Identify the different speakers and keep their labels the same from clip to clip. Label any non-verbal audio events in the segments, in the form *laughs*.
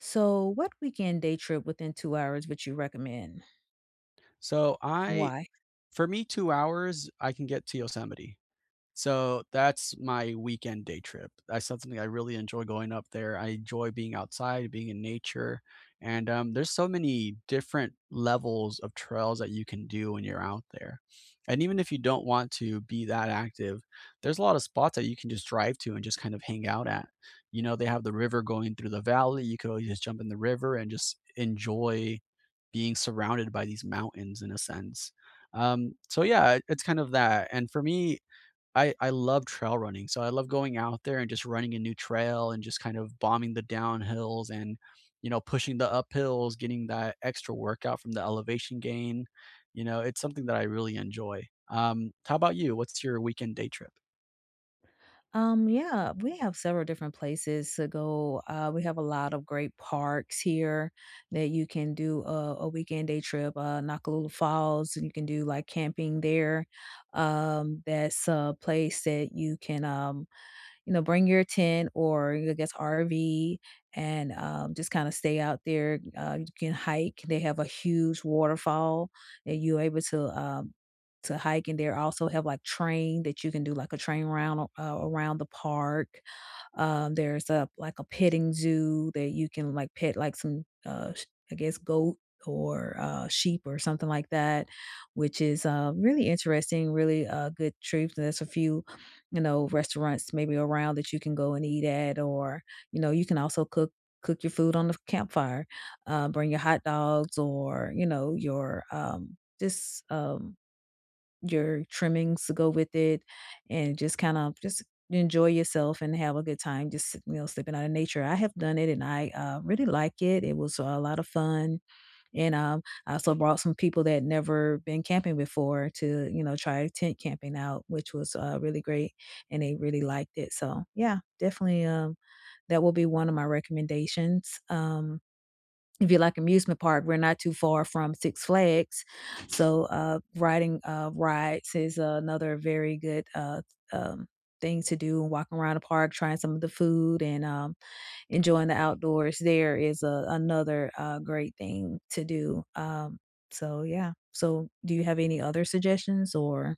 Speaker 1: So, what weekend day trip within 2 hours would you recommend
Speaker 2: So
Speaker 1: and
Speaker 2: I
Speaker 1: why?
Speaker 2: for me, 2 hours, I can get to Yosemite. So that's my weekend day trip. That's something I really enjoy going up there. I enjoy being outside, being in nature, and there's so many different levels of trails that you can do when you're out there. And even if you don't want to be that active, there's a lot of spots that you can just drive to and just kind of hang out at. You know, they have the river going through the valley. You could always just jump in the river and just enjoy being surrounded by these mountains in a sense. So yeah, it's kind of that. And for me, I love trail running, so I love going out there and just running a new trail and just kind of bombing the downhills and, you know, pushing the uphills, getting that extra workout from the elevation gain. You know, it's something that I really enjoy. How about you? What's your weekend day trip?
Speaker 1: Yeah, we have several different places to go. We have a lot of great parks here that you can do a weekend day trip. Nakalula Falls, and you can do like camping there. That's a place that you can bring your tent or I guess RV and just kind of stay out there. You can hike. They have a huge waterfall that you're able to hike, and they also have like train that you can do like a train round around the park. There's a like a petting zoo that you can like pet like some I guess goat or sheep or something like that, which is really interesting, really good trip. There's a few, you know, restaurants maybe around that you can go and eat at or, you know, you can also cook your food on the campfire, bring your hot dogs or you know your just your trimmings to go with it and just kind of just enjoy yourself and have a good time, just you know stepping out in nature. I have done it and I really like it. It was a lot of fun, and I also brought some people that never been camping before to you know try tent camping out, which was really great and they really liked it. So yeah, definitely, that will be one of my recommendations. If you like amusement park, we're not too far from Six Flags. So riding rides is another very good, um, thing to do. And walking around the park, trying some of the food, and enjoying the outdoors there is another great thing to do. So yeah. So do you have any other suggestions or?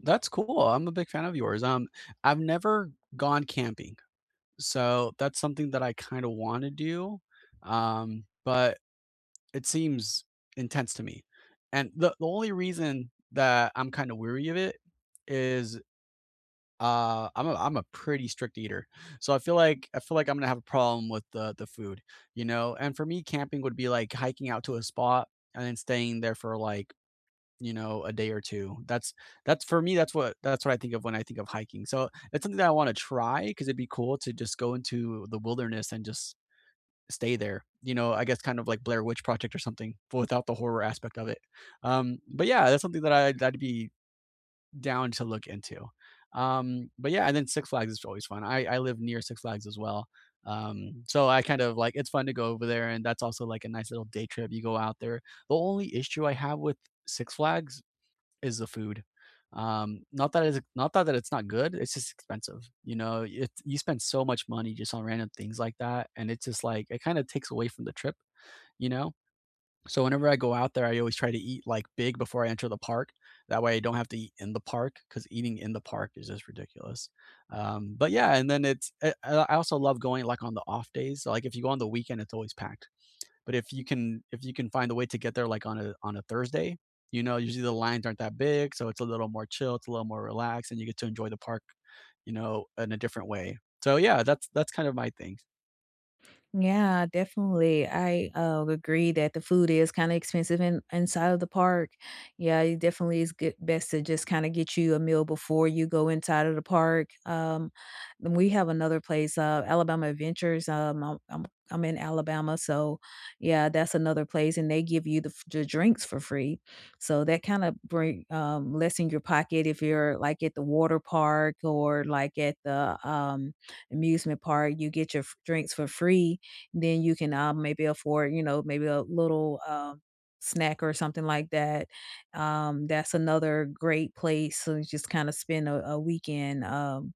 Speaker 2: That's cool. I'm a big fan of yours. I've never gone camping, so that's something that I kind of want to do. But it seems intense to me, and the only reason that I'm kinda weary of it is, I'm a pretty strict eater, so I feel like I'm gonna have a problem with the food, you know, and for me, camping would be like hiking out to a spot and then staying there for, like, you know, a day or 2. That's for me, that's what I think of when I think of hiking, so it's something that I wanna try because 'cause it'd be cool to just go into the wilderness and just stay there. You know, I guess kind of like Blair Witch Project or something, but without the horror aspect of it. But yeah, that's something that I'd be down to look into. But yeah, and then Six Flags is always fun. I live near Six Flags as well. So I kind of like it's fun to go over there, and that's also like a nice little day trip. You go out there. The only issue I have with Six Flags is the food. Not that it's not that that it's not good, it's just expensive, you know? It You spend so much money just on random things like that, and it's just like it kinda takes away from the trip, you know? So whenever I go out there, I always try to eat, like, big before I enter the park. That way I don't have to eat in the park because eating in the park is just ridiculous. But yeah, and then I also love going, like, on the off days, like, if you go on the weekend, it's always packed. But if you can find a way to get there like on a Thursday, you know, usually the lines aren't that big, so it's a little more chill, it's a little more relaxed, and you get to enjoy the park, you know, in a different way. So yeah, that's kind of my thing.
Speaker 1: Yeah, definitely. I agree that the food is kind of expensive inside of the park. Yeah, it definitely is good, best to just kind of get you a meal before you go inside of the park. Then we have another place, Alabama Adventures. I'm in Alabama, so yeah, that's another place, and they give you the drinks for free. So that kind of bring less in your pocket if you're like at the water park or like at the amusement park. You get your drinks for free, then you can, maybe afford, you know, maybe a little, snack or something like that. That's another great place to just kind of spend a weekend,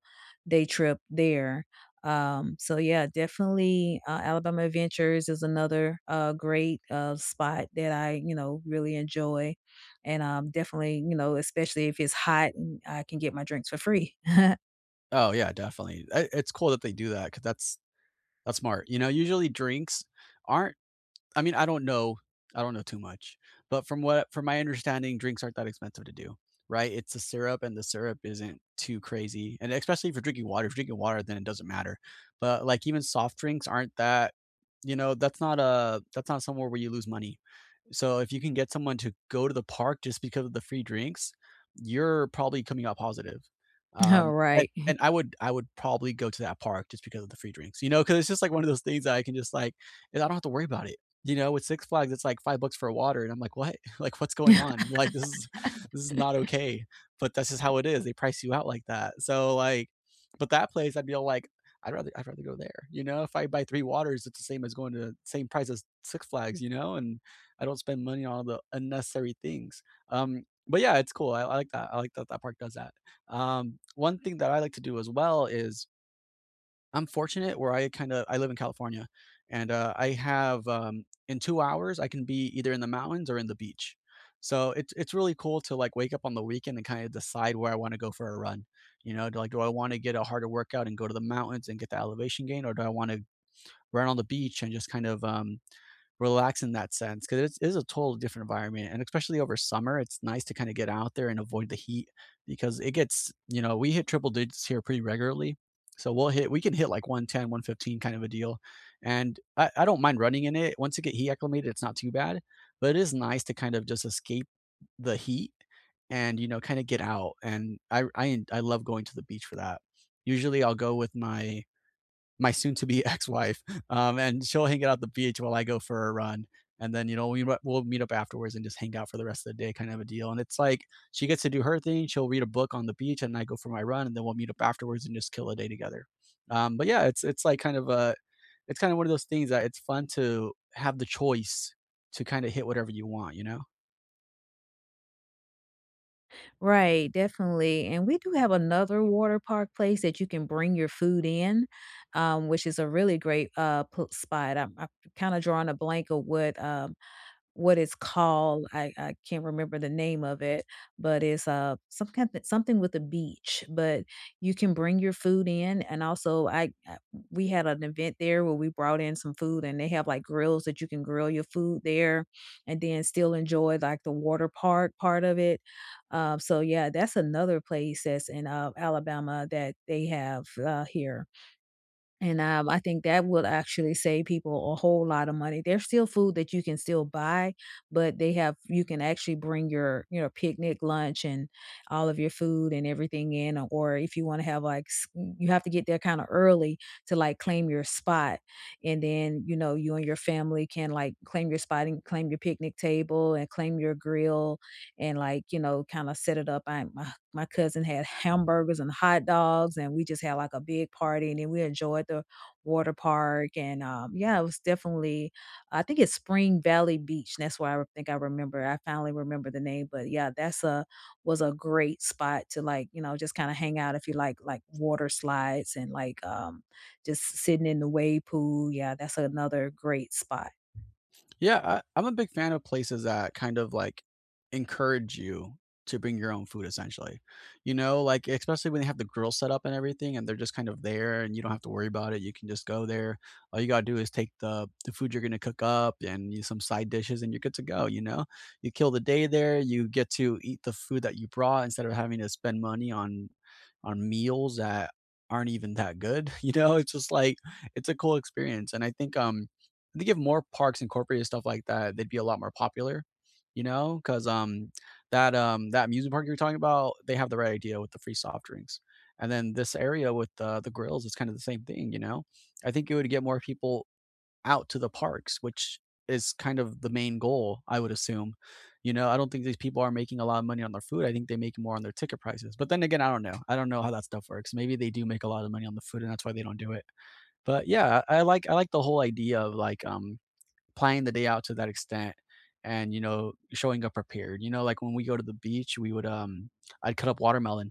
Speaker 1: day trip there. So yeah, definitely, Alabama Adventures is another, great, spot that I, you know, really enjoy. And, definitely, you know, especially if it's hot, I can get my drinks for free. *laughs*
Speaker 2: Oh yeah, definitely. It's cool that they do that because that's smart. You know, usually drinks aren't I mean, I don't know. I don't know too much, but from my understanding, drinks aren't that expensive to do, right? It's the syrup, and the syrup isn't too crazy, and especially if you're drinking water. If you're drinking water, then it doesn't matter. But like even soft drinks aren't that. You know, that's not a that's not somewhere where you lose money. So if you can get someone to go to the park just because of the free drinks, you're probably coming out positive.
Speaker 1: All
Speaker 2: Um, and
Speaker 1: right.
Speaker 2: and I would probably go to that park just because of the free drinks, you know, because it's just like one of those things that I can just like I don't have to worry about it. You know, with Six Flags, it's like $5 for a water, and I'm like, "What? *laughs* Like, what's going on? Like, this is *laughs* this is not okay." But that's just how it is. They price you out like that. So, like but that place, I'd be all like, I'd rather go there." You know, if I buy 3 waters, it's the same as going to same price as Six Flags, you know, and I don't spend money on all the unnecessary things. But yeah, it's cool. I like that. I like that that park does that. One thing that I like to do as well is I'm fortunate where I kind of I live in California, and I have in 2 hours I can be either in the mountains or in the beach. So it's really cool to like wake up on the weekend and kind of decide where I want to go for a run. You know, do I want to get a harder workout and go to the mountains and get the elevation gain, or do I want to run on the beach and just kind of relax in that sense because it is a totally different environment, and especially over summer it's nice to kind of get out there and avoid the heat because it gets, you know, we hit triple digits here pretty regularly, so we can hit like 110 115 kind of a deal. And I don't mind running in it. Once you get heat acclimated it's not too bad, but it is nice to kind of just escape the heat and you know kind of get out. And I love going to the beach for that. Usually I'll go with my soon-to-be *laughs* ex-wife, and she'll hang out at the beach while I go for a run. And then you know we'll meet up afterwards and just hang out for the rest of the day, kind of a deal. And it's like she gets to do her thing. She'll read a book on the beach, and I go for my run, and then we'll meet up afterwards and just kill a day together. But yeah, it's like kind of a, it's kind of one of those things that it's fun to have the choice to kind of hit whatever you want, you know.
Speaker 1: Right, definitely. And we do have another water park place that you can bring your food in, which is a really great spot. I'm kind of drawing a blank of what it's called. I can't remember the name of it, but it's some kind of, something with a beach. But you can bring your food in, and also we had an event there where we brought in some food, and they have like grills that you can grill your food there, and then still enjoy like the water park part of it. So yeah, that's another place that's in Alabama that they have here. And, I think that would actually save people a whole lot of money. There's still food that you can still buy, but they have you can actually bring your, you know, picnic lunch and all of your food and everything in. Or if you wanna have, like, s you have to get there kinda early to, like, claim your spot, and then, you know, you and your family can, like, claim your spot and claim your picnic table and claim your grill and like you know kind of set it up. My cousin had hamburgers and hot dogs and we just had like a big party and then we enjoyed the water park. And yeah, it was definitely, I think it's Spring Valley Beach. That's why I re- think I remember, I finally remember the name. But yeah, that's a was a great spot to like you know just kind of hang out if you like water slides and like just sitting in the wave pool. Yeah, that's another great spot.
Speaker 2: Yeah, I'm a big fan of places that kind of like encourage you to bring your own food essentially. You know, like especially when they have the grill set up and everything and they're just kind of there and you don't have to worry about it. You can just go there. All you gotta do is take the food you're gonna cook up and you, some side dishes and you're good to go, you know? You kill the day there, you get to eat the food that you brought instead of having to spend money on meals that aren't even that good. *laughs* You know, it's just like it's a cool experience. And I think if more parks incorporated stuff like that, they'd be a lot more popular, you know, because that, that amusement park you were talking about, they have the right idea with the free soft drinks. And then this area with the grills is kind of the same thing, you know? I think it would get more people out to the parks, which is kind of the main goal, I would assume. You know, I don't think these people are making a lot of money on their food. I think they make more on their ticket prices. But then again, I don't know. I don't know how that stuff works. Maybe they do make a lot of money on the food and that's why they don't do it. But yeah, I like the whole idea of like, planning the day out to that extent and you know showing up prepared, you know, like when we go to the beach we would I'd cut up watermelon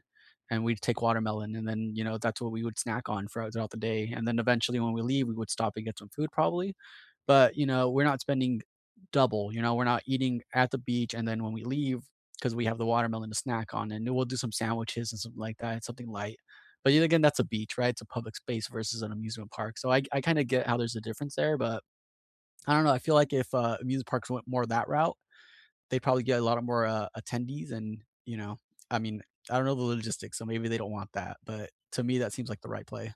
Speaker 2: and we'd take watermelon and then you know that's what we would snack on for throughout the day, and then eventually when we leave we would stop and get some food probably, but you know we're not spending double. You know we're not eating at the beach and then when we leave, because we have the watermelon to snack on, and we'll do some sandwiches and something like that, something light. But yet again that's a beach, right? It's a public space versus an amusement park, so I kind of get how there's a difference there. But I don't know. I feel like if amusement parks went more that route, they'd probably get a lot of more attendees. And you know, I mean, I don't know the logistics, so maybe they don't want that. But to me, that seems like the right play.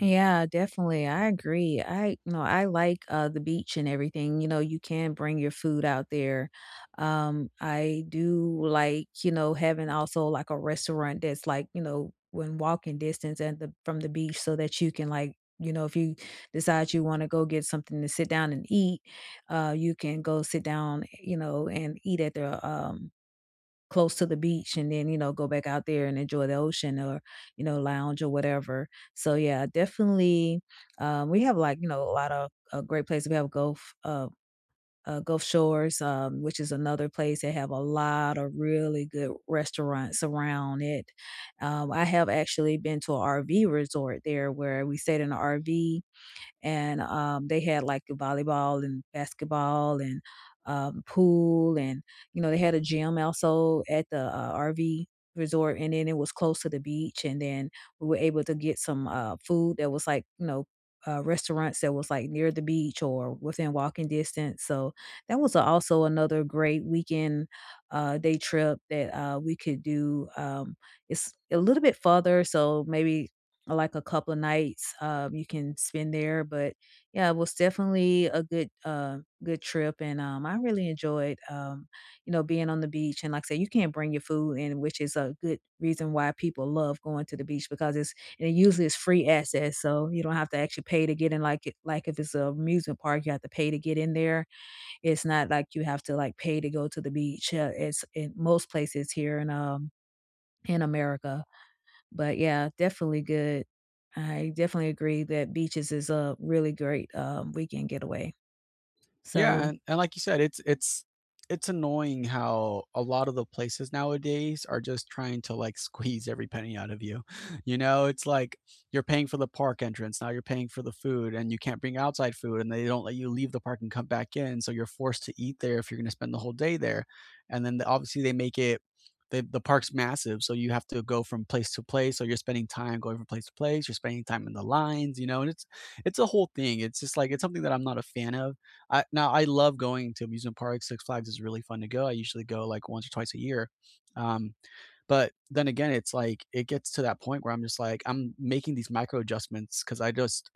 Speaker 1: Yeah, definitely. I agree. I, you know, I like the beach and everything. You know, you can bring your food out there. I do like, you know, having also like a restaurant that's like, you know, when walking distance and the from the beach so that you can like, you know, if you decide you want to go get something to sit down and eat, you can go sit down, you know, and eat at the close to the beach and then, you know, go back out there and enjoy the ocean or, you know, lounge or whatever. So yeah, definitely we have like, you know, a lot of great places. We have Gulf Shores, which is another place that have a lot of really good restaurants around it. I have actually been to an RV resort there where we stayed in an RV and they had like volleyball and basketball and pool, and you know they had a gym also at the RV resort, and then it was close to the beach, and then we were able to get some food that was like you know restaurants that was like near the beach or within walking distance. So that was also another great weekend day trip that we could do. It's a little bit further, so maybe, or like a couple of nights, you can spend there. But yeah, it was definitely a good, good trip, and I really enjoyed, you know, being on the beach. And like I said, you can't bring your food in, which is a good reason why people love going to the beach, because it's, and it usually is free access, so you don't have to actually pay to get in. Like it, like if it's an amusement park, you have to pay to get in there. It's not like you have to like pay to go to the beach. It's in most places here in America. But yeah, definitely good. I definitely agree that beaches is a really great, weekend getaway.
Speaker 2: Yeah,
Speaker 1: So
Speaker 2: and like you said, it's it's annoying how a lot of the places nowadays are just trying to like *laughs* squeeze every penny out of you. *laughs* You know, it's like you're paying for the park entrance, now you're paying for the food and you can't bring outside food and they don't let you leave the park and come back in, so you're forced to eat there if you're going to spend the whole day there. And then obviously they make it the park's massive, so you have to go from place to place. So you're spending time going from place to place. You're spending time in the lines, you know, and it's a whole thing. It's just like it's something that I'm not a fan of. I love going to amusement parks, Six Flags is really fun to go, I usually go, like, once or twice a year, um, but then again, it's like, it gets to that point where I'm just like, I'm making these micro adjustments because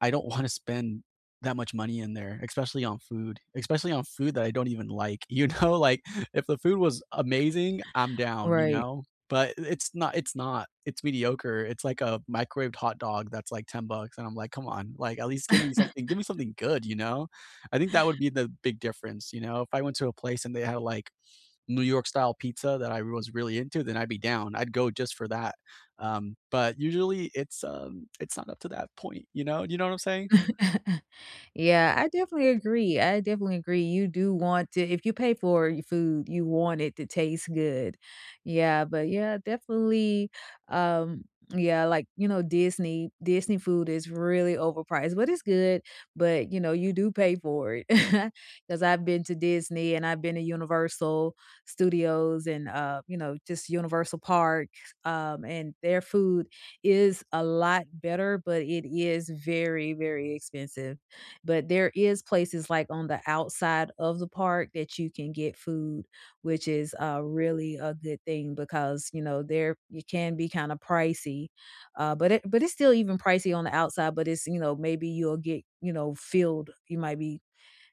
Speaker 2: I don't wanna spend that much money in there, especially on food that I don't even like, you know, *laughs* like, if the food was amazing, I'm down, you
Speaker 1: right.
Speaker 2: know, but it's not, it's mediocre, it's like a microwaved hot dog that's like $10, and I'm like, "Come on, like, at least give me something good," you know? I think that would be the big difference, you know, if I went to a place and they had, like, New York style pizza that I was really into, then I'd be down. I'd go just for that. But usually it's not up to that point, you know? You know what I'm saying?
Speaker 1: *laughs* Yeah, I definitely agree. I definitely agree. You do want to, if you pay for your food, you want it to taste good. Yeah, but yeah, definitely. Um, yeah, like you know, Disney food is really overpriced, but it's good. But you know, you do pay for it *laughs* because I've been to Disney and I've been to Universal Studios and you know, just Universal Park. And their food is a lot better, but it is very, very expensive. But there is places like on the outside of the park that you can get food, which is really a good thing because you know there it can be kind of pricey, but it's still even pricey on the outside. But it's you know maybe you'll get you know filled. You might be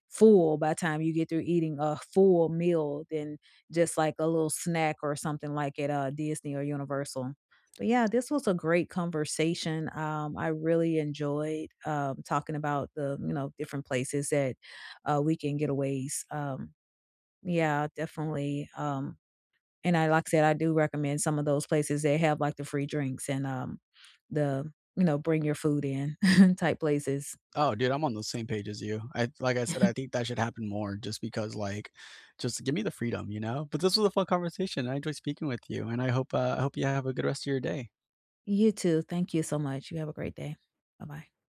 Speaker 1: full by the time you get through eating a full meal than just like a little snack or something like at, Disney or Universal. But yeah, this was a great conversation. I really enjoyed, talking about the, you know, different places that, weekend getaways. Yeah, definitely. And I, like I said, I do recommend some of those places that have like the free drinks and, the, you know, bring your food in *laughs* type places.
Speaker 2: Oh, dude, I'm on the same page as you. I Like I said, I think that should happen more just because like just give me the freedom, you know? But this was a fun conversation. I enjoyed speaking with you and I hope you have a good rest of your day.
Speaker 1: You too. Thank you so much. You have a great day. Bye bye.